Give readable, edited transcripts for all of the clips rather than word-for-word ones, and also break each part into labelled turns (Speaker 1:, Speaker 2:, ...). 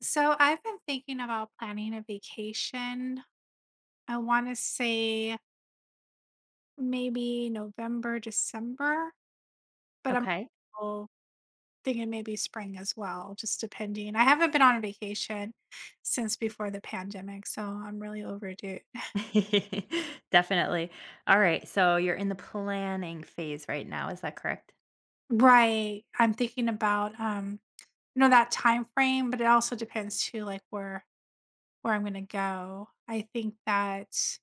Speaker 1: So I've been thinking about planning a vacation. I want to say maybe November, December, but I'm
Speaker 2: Okay.
Speaker 1: also thinking maybe spring as well, just depending. I haven't been on a vacation since before the pandemic, so I'm really overdue.
Speaker 2: Definitely. All right, so you're in the planning phase right now, is that correct?
Speaker 1: Right. I'm thinking about that time frame, but it also depends too like where I'm going to go. I think that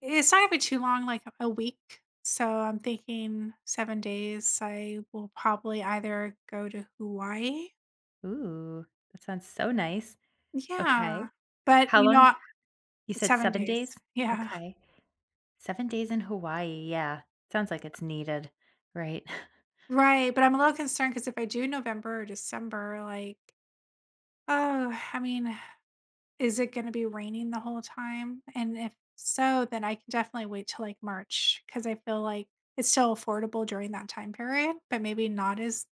Speaker 1: it's not gonna be too long, like a week. So I'm thinking 7 days. I will probably either go to Hawaii.
Speaker 2: Ooh, that sounds so nice. Okay.
Speaker 1: Yeah. But,
Speaker 2: How
Speaker 1: you know,
Speaker 2: long, you said
Speaker 1: 7
Speaker 2: 7
Speaker 1: days.
Speaker 2: days?
Speaker 1: Yeah.
Speaker 2: Okay. 7 days in Hawaii, yeah. Sounds like it's needed, right?
Speaker 1: Right, but I'm a little concerned because if I do November or December, like, oh, I mean, is it gonna be raining the whole time? And if so, then I can definitely wait till, like, March because I feel like it's still affordable during that time period, but maybe not as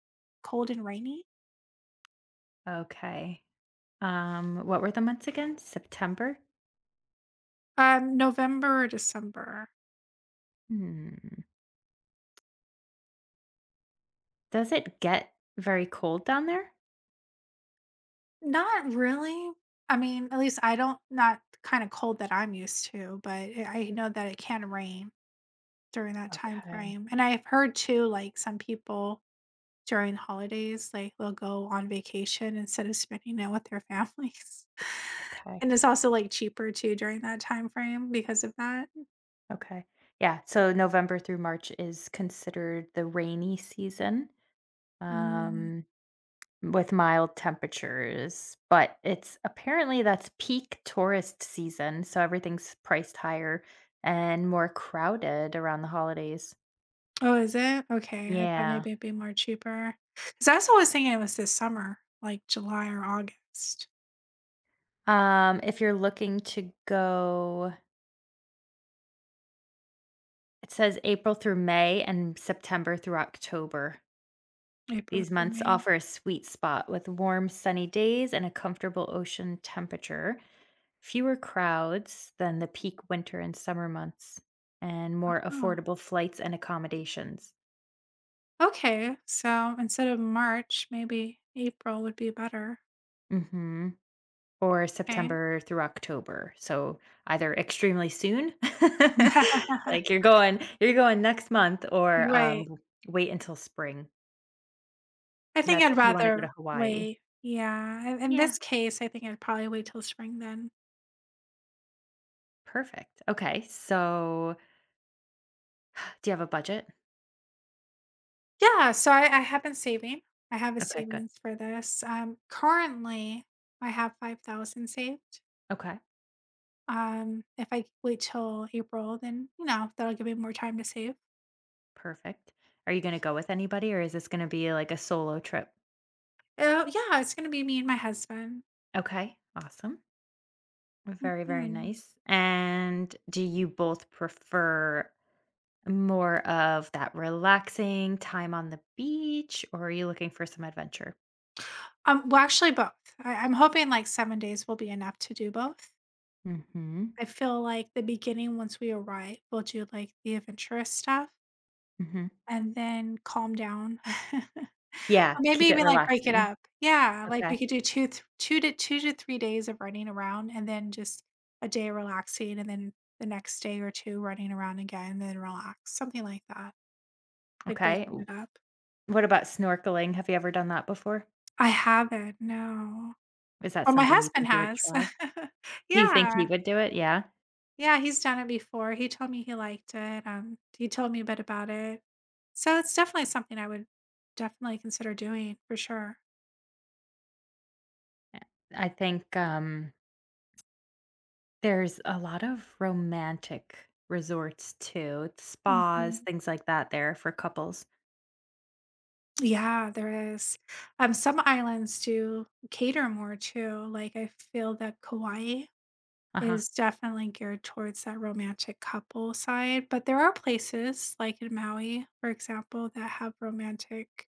Speaker 1: cold and rainy.
Speaker 2: Okay. What were the months again? September?
Speaker 1: November or December.
Speaker 2: Hmm. Does it get very cold down there?
Speaker 1: Not really. I mean, at least I don't not kinda cold that I'm used to, but I know that it can rain during that time
Speaker 2: Okay.
Speaker 1: frame, and I've heard too, like, some people during holidays, like, they'll go on vacation instead of spending it with their families.
Speaker 2: Okay.
Speaker 1: And it's also, like, cheaper too during that time frame because of that.
Speaker 2: Okay. Yeah, so November through March is considered the rainy season,
Speaker 1: Mm.
Speaker 2: um, with mild temperatures, but it's apparently that's peak tourist season, so everything's priced higher and more crowded around the holidays.
Speaker 1: Oh, is it? Okay, I thought
Speaker 2: Yeah.
Speaker 1: maybe it'd be more cheaper. Because I was always thinking it was this summer, like July or August.
Speaker 2: If you're looking to go, it says April through May and September through October.
Speaker 1: April
Speaker 2: These
Speaker 1: through
Speaker 2: months
Speaker 1: May.
Speaker 2: offer a sweet spot with warm, sunny days and a comfortable ocean temperature, fewer crowds than the peak winter and summer months, and more
Speaker 1: Oh,
Speaker 2: affordable flights and accommodations.
Speaker 1: okay. So instead of March, maybe April would be better.
Speaker 2: Hmm. Or
Speaker 1: Okay.
Speaker 2: September through October. So either extremely soon, like you're going next month, or
Speaker 1: Right.
Speaker 2: wait until spring.
Speaker 1: I
Speaker 2: And
Speaker 1: think
Speaker 2: that's
Speaker 1: I'd
Speaker 2: if you want to go to
Speaker 1: rather
Speaker 2: Hawaii.
Speaker 1: wait. Yeah. In this
Speaker 2: Yeah,
Speaker 1: case, I think I'd probably wait till spring then.
Speaker 2: perfect. Okay, so do you have a budget?
Speaker 1: Yeah. So I have been saving. I have a
Speaker 2: Okay, good.
Speaker 1: savings for this. Currently, I have 5,000 saved.
Speaker 2: Okay,
Speaker 1: If I wait till April, then, that'll give me more time to save.
Speaker 2: perfect. Are you going to go with anybody, or is this going to be like a solo trip?
Speaker 1: Oh, yeah. It's going to be me and my husband.
Speaker 2: Okay, awesome. Very, very
Speaker 1: Mhm.
Speaker 2: nice. And do you both prefer more of that relaxing time on the beach, or are you looking for some adventure?
Speaker 1: Well, actually both. I'm hoping, like, 7 days will be enough to do both.
Speaker 2: Mhm.
Speaker 1: I feel like the beginning, once we arrive, we'll do, like, the adventurous stuff
Speaker 2: Mhm.
Speaker 1: and then calm down. Or
Speaker 2: Yeah,
Speaker 1: maybe
Speaker 2: keep it
Speaker 1: even, like, break it
Speaker 2: relaxing.
Speaker 1: up. Yeah, like, we
Speaker 2: Okay.
Speaker 1: could do 2 to 3 days of running around and then just a day relaxing and then the next day or 2 running around again, then relax, something like that, like
Speaker 2: Okay.
Speaker 1: breaking it up.
Speaker 2: What about snorkeling? Have you ever done that before?
Speaker 1: I haven't, no.
Speaker 2: Is that
Speaker 1: But my
Speaker 2: something you
Speaker 1: husband
Speaker 2: think you would
Speaker 1: has.
Speaker 2: try? Do you think he
Speaker 1: Yeah.
Speaker 2: would do it? Yeah.
Speaker 1: Yeah, he's done it before. He told me he liked it, he told me a bit about it. So it's definitely something I would definitely consider doing for sure.
Speaker 2: I think there's a lot of romantic resorts too, spas,
Speaker 1: Mhm.
Speaker 2: things like that there for couples.
Speaker 1: Yeah, there is. Some islands do cater more too. Like I feel that Kauai
Speaker 2: Uh-huh.
Speaker 1: is definitely geared towards that romantic couple side, but there are places like in Maui, for example, that have romantic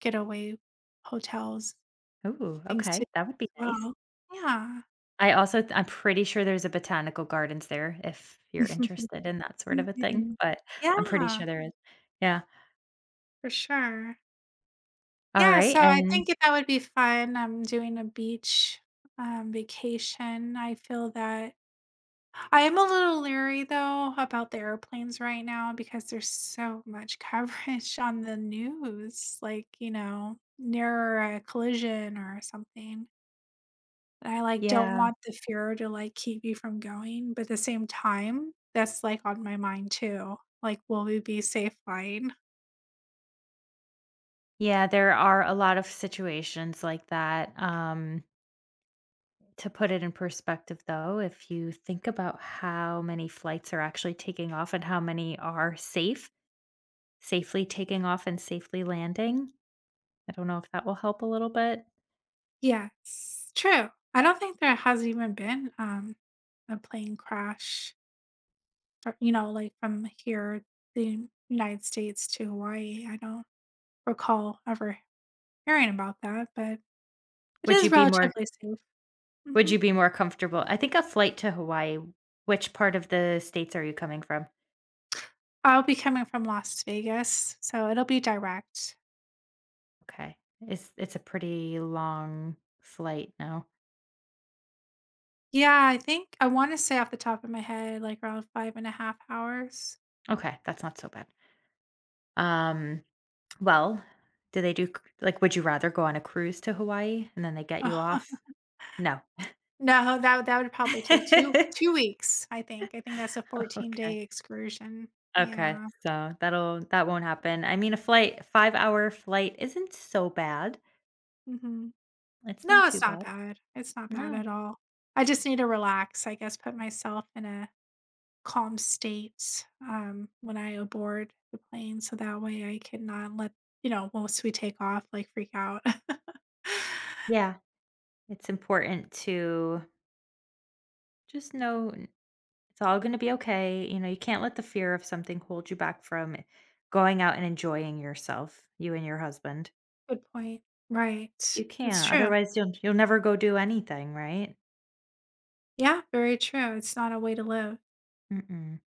Speaker 1: getaway hotels,
Speaker 2: Ooh,
Speaker 1: things to
Speaker 2: okay, that would be
Speaker 1: do as
Speaker 2: nice.
Speaker 1: well. Yeah.
Speaker 2: I also th I'm pretty sure there's a botanical gardens there if you're interested in that sort of a thing,
Speaker 1: Mhm.
Speaker 2: but I'm pretty
Speaker 1: Yeah,
Speaker 2: sure there is. Yeah.
Speaker 1: for sure.
Speaker 2: All
Speaker 1: Yeah,
Speaker 2: right,
Speaker 1: so I think
Speaker 2: and
Speaker 1: that would be fun, I'm doing a beach, vacation. I feel that I am a little leery though about the airplanes right now because there's so much coverage on the news, like, near a collision or something. And I like don't
Speaker 2: yeah.
Speaker 1: want the fear to like keep you from going, but at the same time, that's like on my mind too. Like, will we be safe flying?
Speaker 2: Yeah, there are a lot of situations like that. To put it in perspective, though, if you think about how many flights are actually taking off and how many are safe, safely taking off and safely landing, I don't know if that will help a little bit.
Speaker 1: Yes, true. I don't think there has even been, a plane crash like, from here, the United States to Hawaii. I don't recall ever hearing about that, but it
Speaker 2: Would
Speaker 1: is
Speaker 2: you be more
Speaker 1: relatively safe.
Speaker 2: Would
Speaker 1: Mhm.
Speaker 2: you be more comfortable? I think a flight to Hawaii, which part of the states are you coming from?
Speaker 1: I'll be coming from Las Vegas, so it'll be direct.
Speaker 2: Okay. It's a pretty long flight, no?
Speaker 1: Yeah, I think I wanna say off the top of my head, like, around 5.5 hours.
Speaker 2: Okay, that's not so bad. Um, well, do they do c like, would you rather go on a cruise to Hawaii and then they get you off? No.
Speaker 1: No, that would probably take 2 2 weeks, I think. I think that's a 14-day
Speaker 2: Okay.
Speaker 1: day excursion.
Speaker 2: Okay,
Speaker 1: Yeah.
Speaker 2: so that won't happen. I mean, a flight 5-hour flight isn't so bad.
Speaker 1: Mhm.
Speaker 2: It's
Speaker 1: No,
Speaker 2: not
Speaker 1: it's
Speaker 2: too
Speaker 1: not
Speaker 2: bad.
Speaker 1: bad. It's not bad
Speaker 2: No.
Speaker 1: at all. I just need to relax, I guess, put myself in a calm state, when I aboard the plane so that way I can not let, once we take off, like, freak out.
Speaker 2: Yeah. It's important to just know it's all gonna be okay. You know, you can't let the fear of something hold you back from going out and enjoying yourself, you and your husband.
Speaker 1: Good point. Right.
Speaker 2: You
Speaker 1: It's
Speaker 2: can't,
Speaker 1: true.
Speaker 2: otherwise you'll never go do anything, right?
Speaker 1: Yeah, very true. It's not a way to live.
Speaker 2: Mm-mm.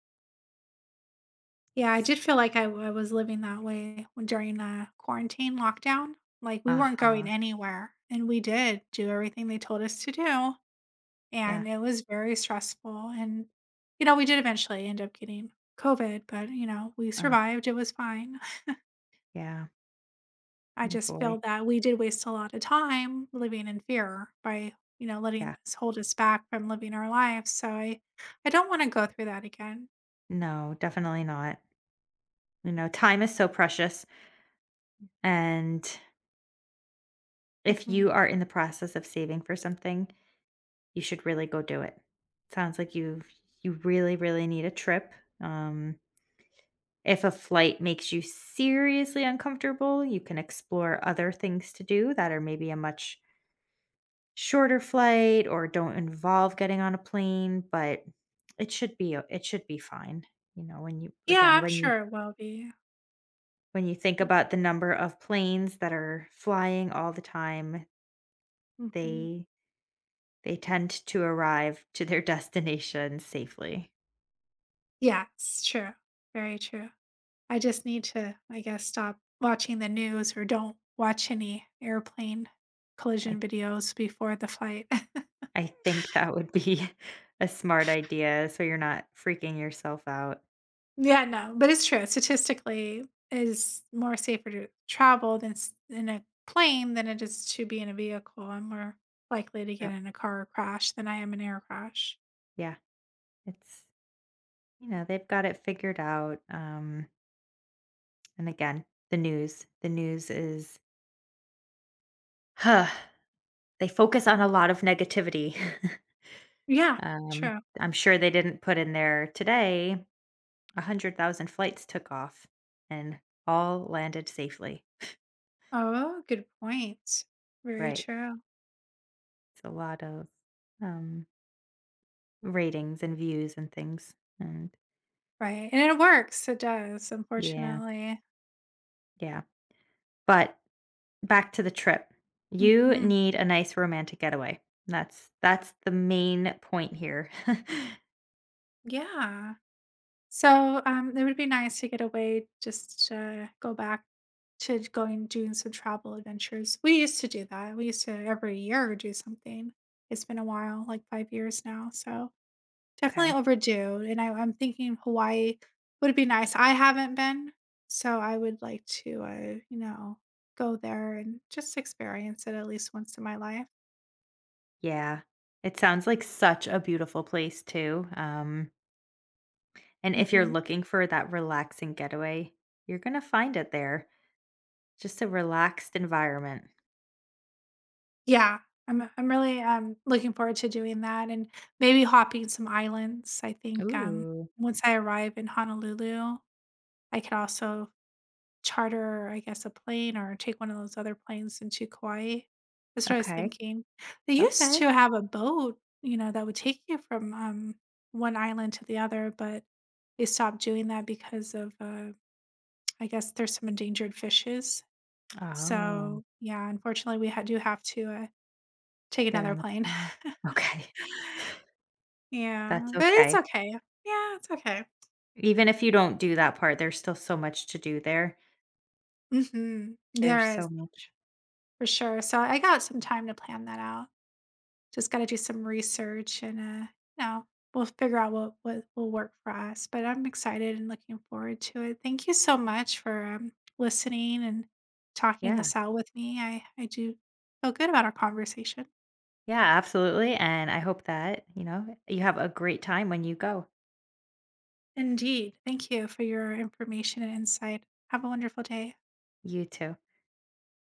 Speaker 1: Yeah, I
Speaker 2: It's
Speaker 1: did feel like I was living that way when during the quarantine lockdown, like, we weren't going
Speaker 2: Uh-huh.
Speaker 1: anywhere, and we did do everything they told us to do,
Speaker 2: Yeah.
Speaker 1: and it was very stressful, and, we did eventually end up getting COVID, but, we
Speaker 2: Uh,
Speaker 1: survived, it was fine.
Speaker 2: yeah.
Speaker 1: I
Speaker 2: Mm,
Speaker 1: just
Speaker 2: boy.
Speaker 1: feel that we did waste a lot of time living in fear by, letting
Speaker 2: Yeah.
Speaker 1: this hold us back from living our lives, so I don't wanna go through that again.
Speaker 2: No, definitely not. You know, time is so precious, and if
Speaker 1: Mhm.
Speaker 2: you are in the process of saving for something, you should really go do it. Sounds like you really, really need a trip, um. If a flight makes you seriously uncomfortable, you can explore other things to do that are maybe a much shorter flight or don't involve getting on a plane, but it should be fine. You know, when you
Speaker 1: Yeah,
Speaker 2: again,
Speaker 1: I'm sure it will be.
Speaker 2: when you think about the number of planes that are flying all the time,
Speaker 1: Mhm.
Speaker 2: they they tend to arrive to their destination safely.
Speaker 1: Yeah, it's true. Very true. I just need to, I guess, stop watching the news or don't watch any airplane
Speaker 2: I
Speaker 1: collision videos before the flight.
Speaker 2: I think that would be a smart idea so you're not freaking yourself out.
Speaker 1: Yeah, no, but it's true. Statistically, it is more safer to travel than s in a plane than it is to be in a vehicle. I'm more likely to get
Speaker 2: Yep.
Speaker 1: in a car crash than I am an air crash.
Speaker 2: Yeah. It's, you know, they've got it figured out, and again, the news is huh, they focus on a lot of negativity.
Speaker 1: Yeah,
Speaker 2: Um,
Speaker 1: true.
Speaker 2: I'm sure they didn't put in there, "Today, 100,000 flights took off and all landed safely."
Speaker 1: Oh, good point. Very
Speaker 2: Right.
Speaker 1: true.
Speaker 2: It's a lot of, um, ratings and views and things, and
Speaker 1: Right, and it works. It does,
Speaker 2: yeah,
Speaker 1: unfortunately.
Speaker 2: yeah, but back to the trip. You
Speaker 1: Mhm.
Speaker 2: need a nice romantic getaway. That's the main point here.
Speaker 1: Yeah. So, it would be nice to get away, just to go back to going doing some travel adventures. We used to do that. We used to every year do something. It's been a while, like 5 years now. So definitely
Speaker 2: Okay.
Speaker 1: overdue. And I'm thinking Hawaii would be nice. I haven't been, so I would like to, you know, go there and just experience it at least once in my life.
Speaker 2: Yeah. It sounds like such a beautiful place too. And if you're looking for that relaxing getaway, you're gonna find it there. Just a relaxed environment.
Speaker 1: Yeah, I'm really, looking forward to doing that and maybe hopping some islands. I think,
Speaker 2: Ooh.
Speaker 1: once I arrive in Honolulu, I could also charter, I guess, a plane or take one of those other planes into Kauai. That's what I was
Speaker 2: Okay.
Speaker 1: thinking. They used
Speaker 2: Okay.
Speaker 1: to have a boat, that would take you from, one island to the other, but they stopped doing that because of, I guess there's some endangered fishes.
Speaker 2: Oh,
Speaker 1: So, yeah, unfortunately, we ha do have to, take
Speaker 2: get
Speaker 1: another
Speaker 2: on a
Speaker 1: plane.
Speaker 2: plane. Okay. That's
Speaker 1: Yeah, but it's
Speaker 2: okay.
Speaker 1: okay. Yeah, it's okay.
Speaker 2: Even if you don't do that part, there's still so much to do there.
Speaker 1: Mhm. There
Speaker 2: There's so
Speaker 1: is,
Speaker 2: much.
Speaker 1: for sure. So I got some time to plan that out. Just gotta do some research and, you know, we'll figure out what will work for us, but I'm excited and looking forward to it. Thank you so much for, listening and talking
Speaker 2: Yeah.
Speaker 1: this out with me. I do feel good about our conversation.
Speaker 2: Yeah, absolutely, and I hope that, you know, you have a great time when you go.
Speaker 1: Indeed. Thank you for your information and insight. Have a wonderful day.
Speaker 2: You too.